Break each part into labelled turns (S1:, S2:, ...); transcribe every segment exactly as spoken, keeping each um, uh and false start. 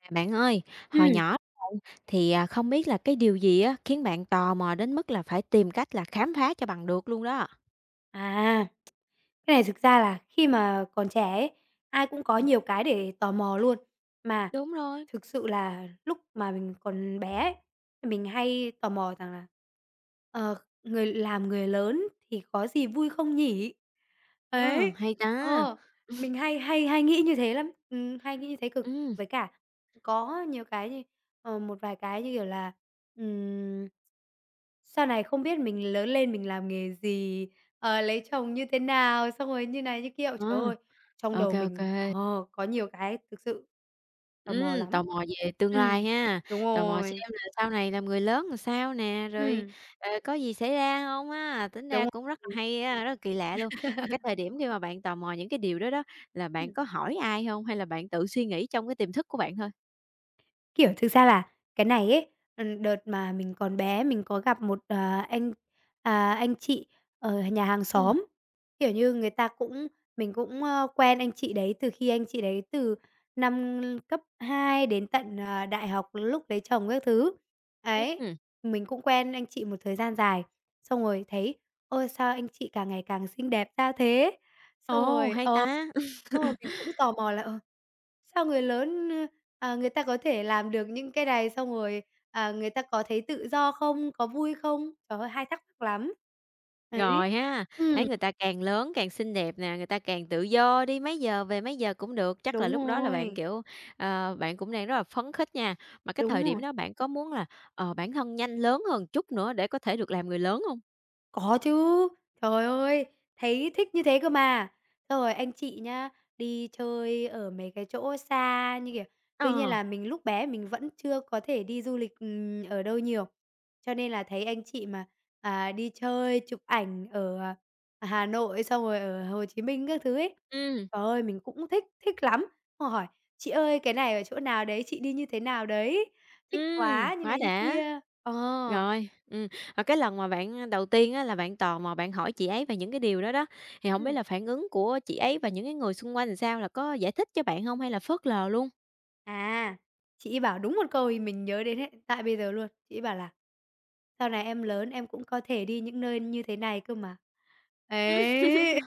S1: À, bạn ơi, hồi
S2: Ừm,
S1: nhỏ thì, à, không biết là cái điều gì á khiến bạn tò mò đến mức là phải tìm cách là khám phá cho bằng được luôn đó?
S2: à, cái này thực ra là khi mà còn trẻ ấy, ai cũng có nhiều cái để tò mò luôn. Mà
S1: Đúng rồi.
S2: thực sự là lúc mà mình còn bé ấy, thì mình hay tò mò rằng là, ờ, người làm người lớn thì có gì vui không nhỉ?
S1: Ờ,
S2: Ấy,
S1: hay ta!
S2: ờ, mình hay hay hay nghĩ như thế lắm, ừm, hay nghĩ như thế cực.
S1: Ừm,
S2: Với cả có nhiều cái như ờ, một vài cái, như kiểu là, ừm, sau này không biết mình lớn lên mình làm nghề gì? Ờ, lấy chồng như thế nào, xong rồi như này như kia. Ôi,
S1: ờ,
S2: trời ơi! Trong
S1: ô
S2: đầu
S1: kê, ô
S2: mình, ờ, có nhiều cái thực sự tò mò lắm.
S1: tò mò về tương
S2: Ừm,
S1: lai ha,
S2: đúng
S1: tò mò
S2: rồi.
S1: xem là sau này làm người lớn làm sao nè, rồi,
S2: Ừm,
S1: ờ, có gì xảy ra không á, tính ra
S2: đúng
S1: cũng rất là
S2: rồi.
S1: hay á, rất là kỳ lạ luôn. Và cái thời điểm khi mà bạn tò mò những cái điều đó đó, là bạn
S2: Ừm.
S1: có hỏi ai không hay là bạn tự suy nghĩ trong cái tiềm thức của bạn thôi?
S2: Kiểu, thực ra là cái này ấy, ừm, đợt mà mình còn bé mình có gặp một, ờ, anh à, anh chị ở nhà hàng
S1: Ừm.
S2: xóm. Kiểu như, người ta cũng mình cũng, ơ, quen anh chị đấy từ khi anh chị đấy từ năm cấp hai đến tận, ờ, đại học lúc lấy chồng các thứ. Ấy,
S1: Ừm,
S2: mình cũng quen anh chị một thời gian dài, xong rồi thấy, ôi, sao anh chị càng ngày càng xinh đẹp ra thế? Xong
S1: ồ,
S2: rồi
S1: hay
S2: ờ,
S1: ta!
S2: xong rồi mình cũng tò mò là, ờ, sao người lớn, ơ, à, người ta có thể làm được những cái này? Xong rồi, à, người ta có thấy tự do không? Có vui không? Trời ơi, hay thắc mắc lắm. Đấy.
S1: Rồi ha, thấy
S2: Ừ,
S1: người ta càng lớn càng xinh đẹp nè, người ta càng tự do, đi mấy giờ về mấy giờ cũng được, chắc là
S2: đúng
S1: lúc đó là bạn,
S2: rồi,
S1: kiểu, ờ, bạn cũng đang rất là phấn khích nha. Mà cái
S2: đúng
S1: thời điểm
S2: rồi.
S1: đó bạn có muốn là, ờ, bản thân nhanh lớn hơn chút nữa để có thể được làm người lớn không?
S2: Có chứ, trời ơi, thấy thích như thế cơ mà. Xong rồi anh chị nhá, đi chơi ở mấy cái chỗ xa như kiểu đương nhiên
S1: Ờ,
S2: là mình lúc bé mình vẫn chưa có thể đi du lịch, ừm, ở đâu nhiều, cho nên là thấy anh chị mà, à, đi chơi, chụp ảnh ở, à, Hà Nội, xong rồi ở Hồ Chí Minh các thứ ấy.
S1: ừm,
S2: Trời ơi, mình cũng thích, thích lắm, xong hỏi: "Chị ơi, cái này ở chỗ nào đấy, chị đi như thế nào đấy? Thích
S1: ừm,
S2: quá!" như
S1: quá
S2: này như
S1: đã.
S2: kia. Ờ,
S1: Rồi, ừm, và cái lần mà bạn đầu tiên á là bạn tò mò bạn hỏi chị ấy về những cái điều đó đó, thì không biết
S2: ừm.
S1: là phản ứng của chị ấy và những cái người xung quanh làm sao, là có giải thích cho bạn không hay là phớt lờ luôn?
S2: À, chị ấy bảo đúng một câu thì mình nhớ đến hiện tại bây giờ luôn. Chị ấy bảo là "Sau này em lớn em cũng có thể đi những nơi như thế này cơ mà." Ấy,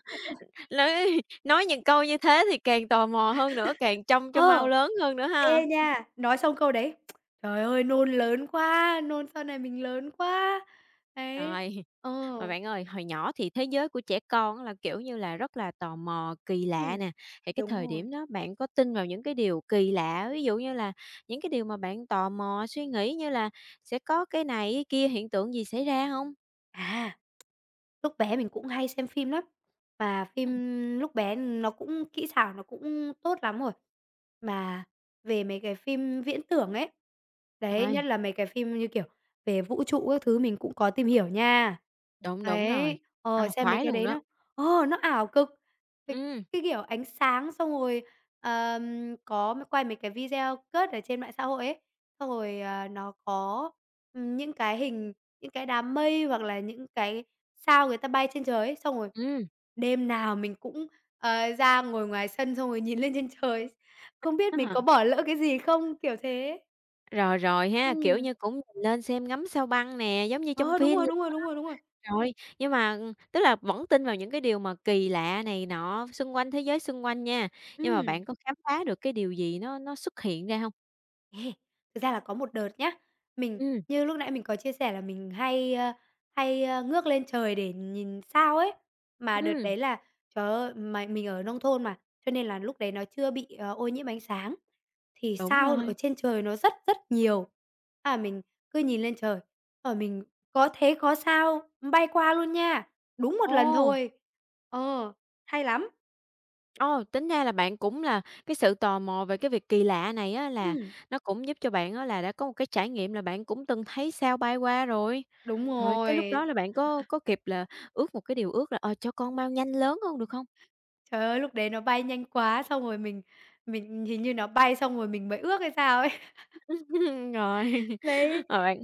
S1: Nói nói những câu như thế thì càng tò mò hơn nữa, càng trông cho mau
S2: ờ,
S1: lớn hơn nữa ha.
S2: ê nha, nói xong câu đấy, trời ơi, nôn lớn quá, nôn sau này mình lớn quá. Đấy,
S1: Rồi,
S2: ờ,
S1: mà bạn ơi, hồi nhỏ thì thế giới của trẻ con á là, kiểu như là, rất là tò mò, kỳ lạ
S2: ừm,
S1: nè, thì cái
S2: đúng
S1: thời
S2: rồi.
S1: điểm đó bạn có tin vào những cái điều kỳ lạ, ví dụ như là những cái điều mà bạn tò mò, suy nghĩ như là sẽ có cái này cái kia, hiện tượng gì xảy ra không?
S2: À. Lúc bé mình cũng hay xem phim lắm, mà phim
S1: Ừm,
S2: lúc bé nó cũng kỹ xảo nó cũng tốt lắm rồi. Mà về mấy cái phim viễn tưởng ấy, đấy,
S1: rồi,
S2: nhất là mấy cái phim như, kiểu, về vũ trụ các thứ mình cũng có tìm hiểu nha.
S1: đúng, đúng rồi,
S2: Đấy,
S1: rất
S2: ờ,
S1: là
S2: xem mấy
S1: khoái
S2: cái
S1: luôn
S2: đấy
S1: đó.
S2: nó ờ, nó ảo cực, cái
S1: Ừm,
S2: cái, kiểu, ánh sáng xong rồi, ờm, có m quay mấy cái video cut ở trên mạng xã hội ấy, xong rồi, ờ, nó có, ừm, những cái hình những cái đám mây hoặc là những cái sao người ta bay trên trời ấy, xong rồi
S1: ừm,
S2: đêm nào mình cũng, ờ, ra ngồi ngoài sân xong rồi nhìn lên trên trời, không biết mình
S1: à.
S2: có bỏ lỡ cái gì không, kiểu thế.
S1: Rồi, rồi ha, kiểu
S2: Ừm,
S1: như, cũng nhìn lên xem ngắm sao băng nè, giống như trong
S2: ờ, đúng
S1: phim.
S2: rồi, đúng rồi, đúng rồi, đúng rồi.
S1: Rồi, nhưng mà, ừ, tức là vẫn tin vào những cái điều mà kỳ lạ này nọ xung quanh, thế giới xung quanh nha, nhưng mà
S2: Ừm,
S1: bạn có khám phá được cái điều gì nó nó xuất hiện ra hông?
S2: Ê, thực ra là có một đợt nhá, mình
S1: Ừm,
S2: như lúc nãy mình có chia sẻ là mình hay, ơ, hay, ơ, ngước lên trời để nhìn sao ấy, mà đợt
S1: ừm,
S2: đấy là, trời ơi, mà mình ở nông thôn mà, cho nên là lúc đấy nó chưa bị, ờ, ô nhiễm ánh sáng. Thì
S1: đúng
S2: sao ở
S1: rồi.
S2: trên trời nó rất rất nhiều. À mình cứ nhìn lên trời, rồi mình: "Có thế có sao, bay qua luôn nha." Đúng một lần
S1: Ồ,
S2: thôi. Ờ, Hay lắm.
S1: ồ, tính ra là bạn cũng là cái sự tò mò về cái việc kỳ lạ này á là
S2: Ừm,
S1: nó cũng giúp cho bạn á là đã có một cái trải nghiệm là bạn cũng từng thấy sao bay qua rồi.
S2: đúng
S1: Rồi cái lúc đó
S2: rồi.
S1: là bạn có có kịp là ước một cái điều ước là, ờ, cho con mau nhanh lớn hơn được không?
S2: Trời ơi, lúc đấy nó bay nhanh quá, xong rồi mình mình hình như nó bay xong rồi mình mới ước hay sao ấy.
S1: Rồi,
S2: Đấy.
S1: rồi bạn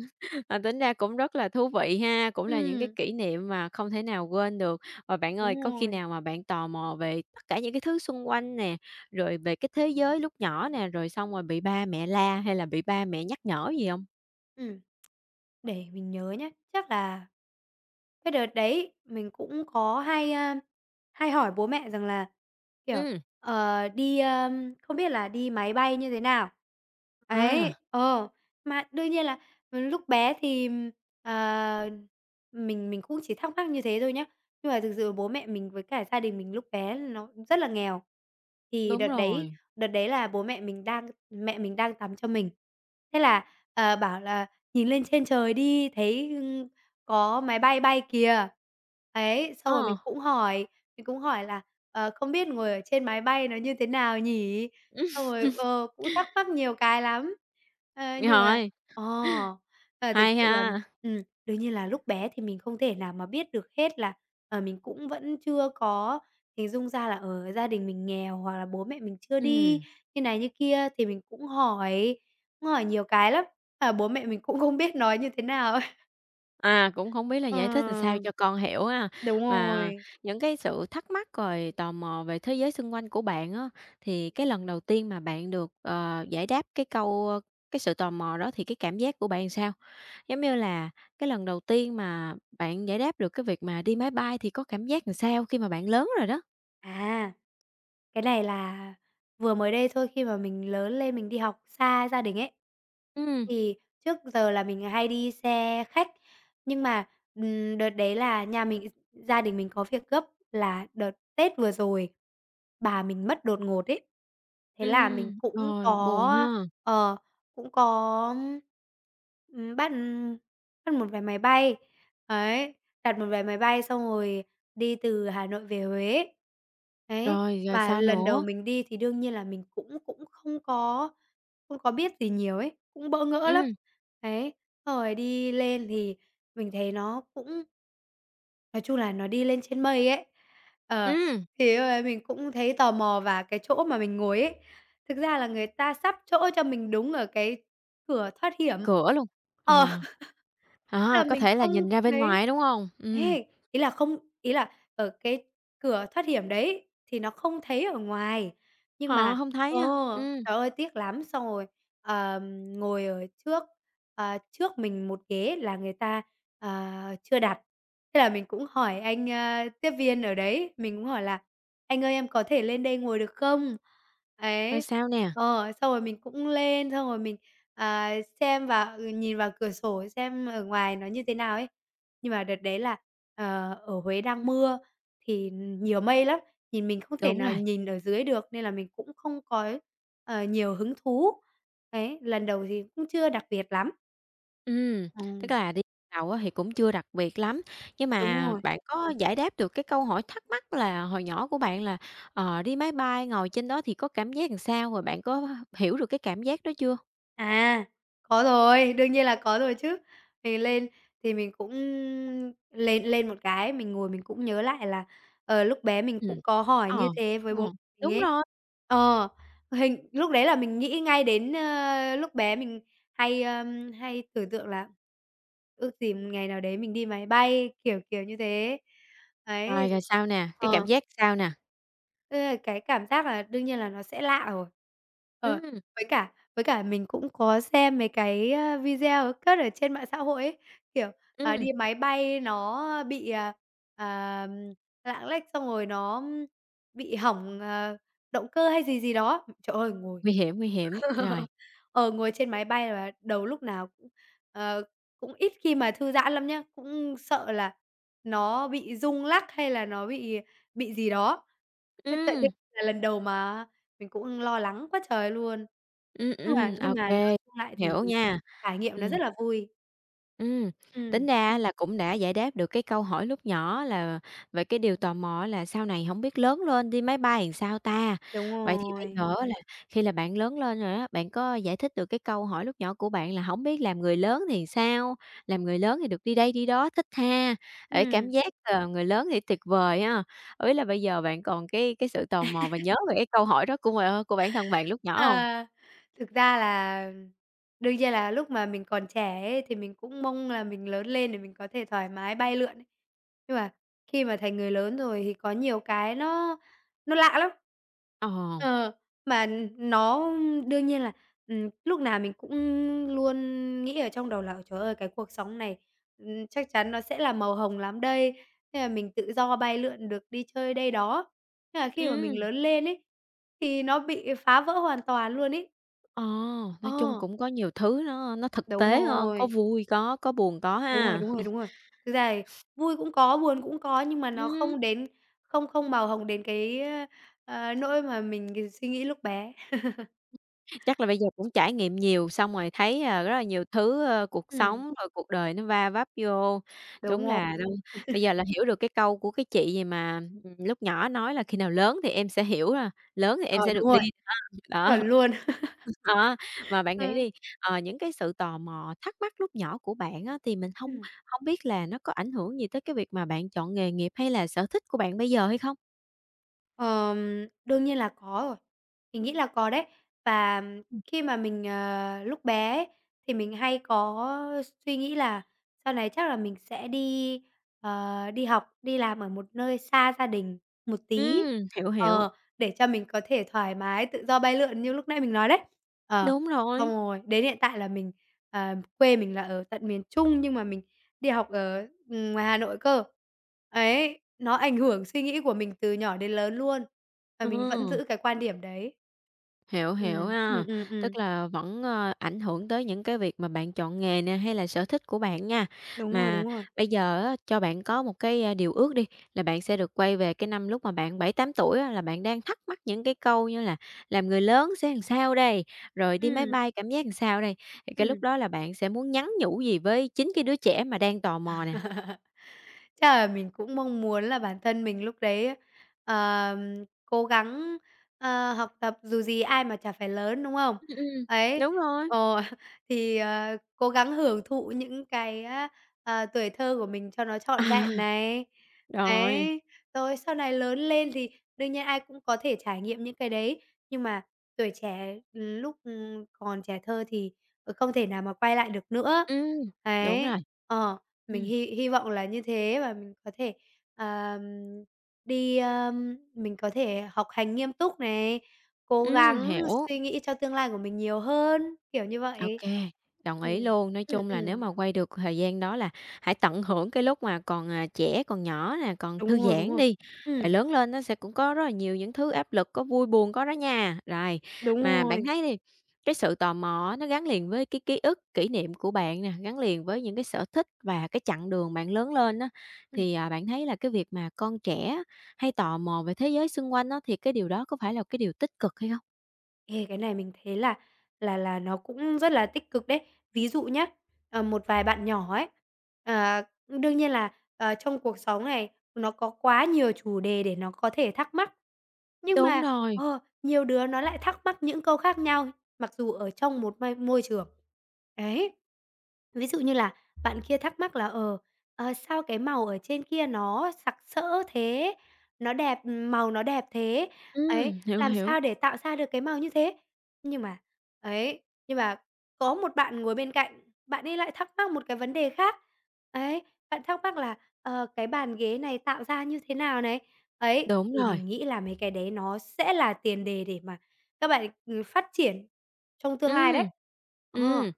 S1: À, tính ra cũng rất là thú vị ha, cũng là những cái
S2: Ừm,
S1: kỷ niệm mà không thể nào quên được. Và bạn ơi,
S2: đúng
S1: có khi
S2: rồi.
S1: nào mà bạn tò mò về tất cả những cái thứ xung quanh nè, rồi về cái thế giới lúc nhỏ nè, rồi xong rồi bị ba mẹ la hay là bị ba mẹ nhắc nhở gì không?
S2: Ừm. Để mình nhớ nhá, chắc là cái đợt đấy mình cũng có hay, a, hay hỏi bố mẹ rằng là, kiểu,
S1: Ừm.
S2: ờ, đi, ơm, không biết là đi máy bay như thế nào. Ấy,
S1: À,
S2: ờ, mà đương nhiên là, ừ, lúc bé thì, ờ, mình mình cũng chỉ thắc mắc như thế thôi nhá. Nhưng mà thực sự bố mẹ mình với cả gia đình mình lúc bé nó rất là nghèo. Thì
S1: đúng
S2: đợt đấy
S1: rồi.
S2: đợt đấy là bố mẹ mình đang mẹ mình đang tắm cho mình. Thế là, ờ, bảo là: "Nhìn lên trên trời đi, thấy, có máy bay bay kìa." Ấy, xong rồi mình
S1: Ờ.
S2: cũng hỏi, mình cũng hỏi là "Ờ, không biết ngồi ở trên máy bay nó như thế nào nhỉ?" Xong rồi, ờ, cũng thắc mắc nhiều cái lắm. Ờ, nhưng mà
S1: Rồi,
S2: ờ, ờ, thực
S1: hay
S2: sự là
S1: ha.
S2: ừm, đương nhiên là lúc bé thì mình không thể nào mà biết được hết là, ờ, mình cũng vẫn chưa có hình dung ra là, ờ, gia đình mình nghèo hoặc là bố mẹ mình chưa
S1: Ừm.
S2: đi, như này như kia thì mình cũng hỏi, cũng hỏi nhiều cái lắm, mà bố mẹ mình cũng không biết nói như thế nào ấy.
S1: À, cũng không biết là giải thích làm sao
S2: Ờ.
S1: cho con hiểu ha.
S2: Đúng
S1: Mà
S2: rồi.
S1: những cái sự thắc mắc rồi tò mò về thế giới xung quanh của bạn á, thì cái lần đầu tiên mà bạn được, ờ, giải đáp cái câu ơ, cái sự tò mò đó thì cái cảm giác của bạn sao? Giống như là cái lần đầu tiên mà bạn giải đáp được cái việc mà đi máy bay thì có cảm giác làm sao khi mà bạn lớn rồi đó?
S2: À, cái này là vừa mới đây thôi, khi mà mình lớn lên mình đi học xa gia đình ấy,
S1: Ừm,
S2: thì trước giờ là mình hay đi xe khách. Nhưng mà, ừm, đợt đấy là nhà mình gia đình mình có việc gấp là đợt Tết vừa rồi, bà mình mất đột ngột ấy. Thế là mình
S1: ừm,
S2: cũng
S1: rồi, buồn
S2: có
S1: ha.
S2: ờ, cũng có, ừm, bắt bắt một vé máy bay, ấy, đặt một vé máy bay xong rồi đi từ Hà Nội về Huế. Đấy,
S1: Rồi, rồi
S2: mà
S1: sao
S2: lần đầu
S1: nữa?
S2: mình đi thì đương nhiên là mình cũng cũng không có không có biết gì nhiều ấy, cũng bỡ ngỡ lắm.
S1: Ừm,
S2: Đấy, xong rồi đi lên thì mình thấy nó cũng nói chung là nó đi lên trên mây ấy. Ờ,
S1: ừm,
S2: thì lúc đấy mình cũng thấy tò mò và cái chỗ mà mình ngồi ấy, thực ra là người ta sắp chỗ cho mình đúng ở cái cửa thoát
S1: cái
S2: hiểm.
S1: cửa luôn.
S2: Ờ.
S1: Ờ,
S2: Là
S1: à, có
S2: mình
S1: thể là
S2: không
S1: nhìn ra bên
S2: thấy.
S1: ngoài, đúng không? Ừm.
S2: ê, Ý là không, ý là ở cái cửa thoát hiểm đấy thì nó không thấy ở ngoài, nhưng mà
S1: Họ không thấy
S2: ờ,
S1: ha? Ừm,
S2: trời ơi, tiếc lắm. Xong rồi, ờm, ngồi ở trước, ờ, trước mình một ghế là người ta, ờ, chưa đặt. Thế là mình cũng hỏi anh, a, tiếp viên ở đấy, mình cũng hỏi là: "Anh ơi, em có thể lên đây ngồi được không?"
S1: rồi
S2: Ấy,
S1: sao nè?
S2: ờ, xong rồi mình cũng lên, xong rồi mình À, xem vào ừ, nhìn vào cửa sổ xem ở ngoài nó như thế nào ấy. Nhưng mà đợt đấy là, ờ, ở Huế đang mưa thì nhiều mây lắm, nhìn mình không thể
S1: Đúng
S2: nào
S1: rồi.
S2: nhìn ở dưới được nên là mình cũng không có, ờ, nhiều hứng thú. Đấy, lần đầu thì cũng chưa đặc biệt lắm.
S1: Ừm, tức
S2: Ừm,
S1: là đi đầu á thì cũng chưa đặc biệt lắm, nhưng
S2: đúng
S1: mà
S2: rồi.
S1: bạn có giải đáp được cái câu hỏi thắc mắc là hồi nhỏ của bạn là, ờ, đi máy bay ngồi trên đó thì có cảm giác làm sao? Rồi bạn có hiểu được cái cảm giác đó chưa?
S2: À, có rồi, đương nhiên là có rồi chứ. Mình lên thì mình cũng lên lên một cái, mình ngồi mình cũng nhớ lại là, ờ, lúc bé mình cũng
S1: Ừm.
S2: có hỏi như
S1: Ờ,
S2: thế với
S1: ờ.
S2: bố mình
S1: Đúng
S2: ấy.
S1: rồi.
S2: Ờ, Hình lúc đấy là mình nghĩ ngay đến, ơ, lúc bé mình hay, ơm, hay tưởng tượng là ước gì một ngày nào đấy mình đi máy bay, kiểu, kiểu như thế. Đấy.
S1: Rồi, rồi sao nè? Cái cảm
S2: Ờ.
S1: giác sao nè?
S2: Ê, cái cảm giác là đương nhiên là nó sẽ lạ rồi. Ờ,
S1: Ừm,
S2: với cả với cả mình cũng có xem mấy cái, a, video cất ở trên mạng xã hội ấy, kiểu, à, đi
S1: ừm,
S2: máy bay nó bị, à, à, lạng lách xong rồi nó bị hỏng, ờ, động cơ hay gì gì đó. Trời ơi, ngồi
S1: nguy hiểm, nguy hiểm. Rồi,
S2: Ờ, ngồi trên máy bay là đầu lúc nào cũng, ờ, cũng ít khi mà thư giãn lắm nhá, cũng sợ là nó bị rung lắc hay là nó bị bị gì đó. Thế tại đây
S1: ừm,
S2: là lần đầu mà mình cũng lo lắng quá trời luôn.
S1: ừm,
S2: Nhưng mà
S1: ừm,
S2: nhưng mà nói
S1: ô
S2: chung lại thì
S1: hiểu nha.
S2: trải nghiệm nó
S1: Ừm.
S2: rất là vui.
S1: Ừm,
S2: Ừm,
S1: tính ra là cũng đã giải đáp được cái câu hỏi lúc nhỏ là về cái điều tò mò là sau này không biết lớn lên đi máy bay làm sao ta?
S2: đúng
S1: Vậy thì bây
S2: rồi.
S1: giờ á là khi là bạn lớn lên rồi á, bạn có giải thích được cái câu hỏi lúc nhỏ của bạn là không biết làm người lớn thì sao? Làm người lớn thì được đi đây đi đó, thích ha, để cảm
S2: Ừm.
S1: giác, ờ, người lớn thì tuyệt vời ha. Ấy là bây giờ bạn còn cái cái sự tò mò và nhớ về cái câu hỏi đó của, ờ, của bản thân bạn lúc nhỏ
S2: Ờ,
S1: không?
S2: Thực ra là đương nhiên là lúc mà mình còn trẻ ấy, thì mình cũng mong là mình lớn lên để mình có thể thoải mái bay lượn ấy. Nhưng mà khi mà thành người lớn rồi thì có nhiều cái nó nó lạ lắm.
S1: Ờ.
S2: Ờ, mà nó đương nhiên là, ừm, lúc nào mình cũng luôn nghĩ ở trong đầu là: "Ôi, trời ơi, cái cuộc sống này, ừm, chắc chắn nó sẽ là màu hồng lắm đây." Thế là mình tự do bay lượn được đi chơi đây đó. Thế là khi mà mình
S1: Ừm.
S2: lớn lên ấy, thì nó bị phá vỡ hoàn toàn luôn ấy.
S1: Ờ, nói chung
S2: Ờ,
S1: cũng có nhiều thứ nó nó thực
S2: đúng
S1: tế hơn, có
S2: rồi,
S1: vui có, có buồn có
S2: đúng rồi,
S1: ha.
S2: đúng rồi, đúng rồi. Thực ra thì vui cũng có, buồn cũng có, nhưng mà nó
S1: Ừm,
S2: không đến không không màu hồng đến cái, ơ, ờ, nỗi mà mình suy nghĩ lúc bé.
S1: chắc là bây giờ cũng trải nghiệm nhiều xong rồi thấy, à, rất là nhiều thứ, ơ, cuộc
S2: Ừm,
S1: sống rồi cuộc đời nó va vấp vô. Đúng
S2: đúng rồi,
S1: là đâu bây giờ là hiểu được cái câu của cái chị gì mà, ừm, lúc nhỏ nói là "Khi nào lớn thì em sẽ hiểu, là lớn thì em
S2: ờ,
S1: sẽ
S2: đúng
S1: được đi."
S2: rồi,
S1: Đó.
S2: chuẩn luôn.
S1: Đó, mà bạn nghĩ
S2: Ờ,
S1: đi, ờ, những cái sự tò mò, thắc mắc lúc nhỏ của bạn á, thì mình hông
S2: ừm.
S1: hông biết là nó có ảnh hưởng gì tới cái việc mà bạn chọn nghề nghiệp hay là sở thích của bạn bây giờ hay không?
S2: Ờm, đương nhiên là có rồi, mình nghĩ là có đấy. Và khi mà mình, ờ, lúc bé ấy, thì mình hay có suy nghĩ là sau này chắc là mình sẽ đi, ờ, đi học, đi làm ở một nơi xa gia đình một tí,
S1: Ừm, hiểu, hiểu.
S2: ờ, để cho mình có thể thoải mái, tự do bay lượn như lúc nãy mình nói đấy. Ờ,
S1: Đúng
S2: xong
S1: rồi,
S2: rồi đến hiện tại là mình ờ, quê mình là ở tận miền Trung nhưng mà mình đi học ở, ừm, ngoài Hà Nội cơ. Ấy, nó ảnh hưởng suy nghĩ của mình từ nhỏ đến lớn luôn, và
S1: ừ.
S2: mình vẫn giữ cái quan điểm đấy.
S1: Hiểu, hiểu
S2: Ừm,
S1: ha.
S2: ừm, ừm, ừm.
S1: Tức là vẫn, ờ, ảnh hưởng tới những cái việc mà bạn chọn nghề nè, hay là sở thích của bạn nha.
S2: Đúng rồi, đúng
S1: Mà
S2: rồi.
S1: bây giờ á, cho bạn có một cái, a, điều ước đi, là bạn sẽ được quay về cái năm lúc mà bạn bảy tám tuổi á, là bạn đang thắc mắc những cái câu như là "Làm người lớn sẽ làm sao đây?", rồi "Đi máy
S2: Ừm,
S1: bay cảm giác làm sao đây?" Thì cái lúc
S2: ừm.
S1: đó là bạn sẽ muốn nhắn nhủ gì với chính cái đứa trẻ mà đang tò mò nè?
S2: Chắc là mình cũng mong muốn là bản thân mình lúc đấy, ờm, cố gắng, ờ, học tập, dù gì ai mà chả phải lớn, đúng không?
S1: Ừm, ừm,
S2: Ấy,
S1: đúng rồi.
S2: ờ, thì, ờ, cố gắng hưởng thụ những cái á, ờ, tuổi thơ của mình cho nó trọn vẹn
S1: À,
S2: này.
S1: rồi,
S2: Ấy, rồi sau này lớn lên thì đương nhiên ai cũng có thể trải nghiệm những cái đấy, nhưng mà tuổi trẻ, ừ, lúc, ừ, còn trẻ thơ thì, ờ, không thể nào mà quay lại được nữa.
S1: ừm, đúng
S2: Ấy,
S1: rồi.
S2: ờ. Mình
S1: Ừm,
S2: hy hy vọng là như thế và mình có thể, ờm, đi, ờm mình có thể học hành nghiêm túc này, cố
S1: ừm,
S2: gắng
S1: hiểu.
S2: suy nghĩ cho tương lai của mình nhiều hơn, kiểu như vậy.
S1: OK đồng
S2: Ừm,
S1: ý luôn. Nói
S2: ừm,
S1: chung là nếu
S2: ừm,
S1: mà quay được thời gian đó là hãy tận hưởng cái lúc mà còn, à, trẻ, còn nhỏ nè, còn
S2: đúng
S1: thư
S2: rồi, đúng
S1: giãn
S2: rồi.
S1: đi,
S2: Ừm,
S1: rồi lớn lên nó sẽ cũng có rất là nhiều những thứ áp lực, có vui buồn có đó nha. Rồi,
S2: đúng
S1: mà bạn
S2: rồi,
S1: thấy đi, cái sự tò mò á nó gắn liền với cái ký ức, kỷ niệm của bạn nè, gắn liền với những cái sở thích và cái chặng đường bạn lớn lên á,
S2: ừm.
S1: thì, à, bạn thấy là cái việc mà con trẻ hay tò mò về thế giới xung quanh á, thì cái điều đó có phải là cái điều tích cực hay không?
S2: Ê, cái này mình thấy là là là nó cũng rất là tích cực đấy. Ví dụ nhá, ờ, một vài bạn nhỏ ấy, ờ, đương nhiên là, ờ, trong cuộc sống này nó có quá nhiều chủ đề để nó có thể thắc mắc. Nhưng
S1: Đúng
S2: mà,
S1: rồi,
S2: ờ, nhiều đứa nó lại thắc mắc những câu khác nhau, mặc dù ở trong một mai môi trường. Đấy. Ví dụ như là bạn kia thắc mắc là, ờ, ờ, "Sao cái màu ở trên kia nó sặc sỡ thế? Nó đẹp màu nó đẹp thế? Ấy,
S1: ừm, hiểu,
S2: làm
S1: hiểu,
S2: sao để tạo ra được cái màu như thế? Nhưng mà ấy, nhưng mà có một bạn ngồi bên cạnh, bạn ấy lại thắc mắc một cái vấn đề khác. Ấy, bạn thắc mắc là, ờ, cái bàn ghế này tạo ra như thế nào này? Ấy,
S1: đúng
S2: thì
S1: rồi.
S2: mình nghĩ là mấy cái đấy nó sẽ là tiền đề để mà các bạn, ừm, phát triển trong tương lai đấy.
S1: Ừm,
S2: Ờ,
S1: ừm,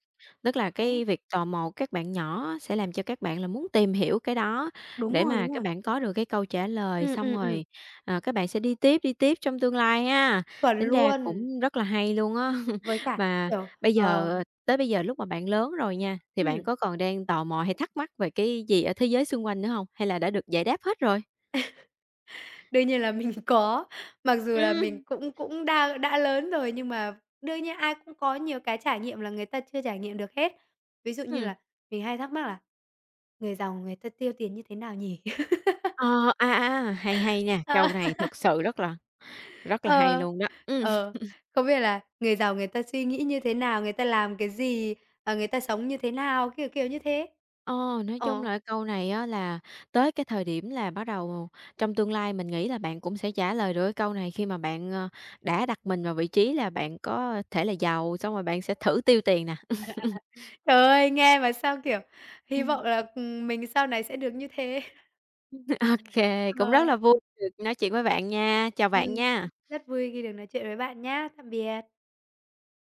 S1: tức là
S2: đấy,
S1: cái việc tò mò của các bạn nhỏ á sẽ làm cho các bạn là muốn tìm hiểu cái đó
S2: đúng
S1: để
S2: rồi,
S1: mà
S2: đúng
S1: các
S2: rồi.
S1: bạn có được cái câu trả lời,
S2: Ừm,
S1: xong
S2: ừm, ừm,
S1: rồi, ờ, các bạn sẽ đi tiếp, đi tiếp trong tương lai ha.
S2: chuẩn
S1: Tính ra
S2: luôn.
S1: cũng rất là hay luôn á.
S2: Với cả,
S1: Mà
S2: kiểu,
S1: bây
S2: ờ
S1: giờ tới bây giờ lúc mà bạn lớn rồi nha, thì bạn
S2: ừm.
S1: có còn đang tò mò hay thắc mắc về cái gì ở thế giới xung quanh nữa không? Hay là đã được giải đáp hết rồi?
S2: Đương nhiên là mình có, mặc dù là mình
S1: Ừm,
S2: cũng cũng đã đã lớn rồi, nhưng mà đương nhiên ai cũng có nhiều cái trải nghiệm là người ta chưa trải nghiệm được hết. Ví dụ như
S1: ừm.
S2: là mình hay thắc mắc là "Người giàu người ta tiêu tiền như thế nào nhỉ?"
S1: Ờ, à, à, à, hay, hay nha, câu này thật sự rất là rất là
S2: Ờ,
S1: hay
S2: ờ,
S1: luôn đó. Ừm.
S2: ờ, không biết là người giàu người ta suy nghĩ như thế nào, người ta làm cái gì, ờ, người ta sống như thế nào, kiểu, kiểu như thế.
S1: Ờ, nói chung
S2: Ờ,
S1: là cái câu này á là tới cái thời điểm là bắt đầu trong tương lai mình nghĩ là bạn cũng sẽ trả lời được cái câu này khi mà bạn, ờ, đã đặt mình vào vị trí là bạn có thể là giàu, xong rồi bạn sẽ thử tiêu tiền nè.
S2: trời ơi, nghe mà sao, kiểu, hy vọng là, ừm, mình sau này sẽ được như thế.
S1: OK, cũng rất
S2: Ờ.
S1: là vui được nói chuyện với bạn nha. Chào bạn
S2: Ừm,
S1: nha.
S2: rất vui khi được nói chuyện với bạn nhá. Tạm biệt.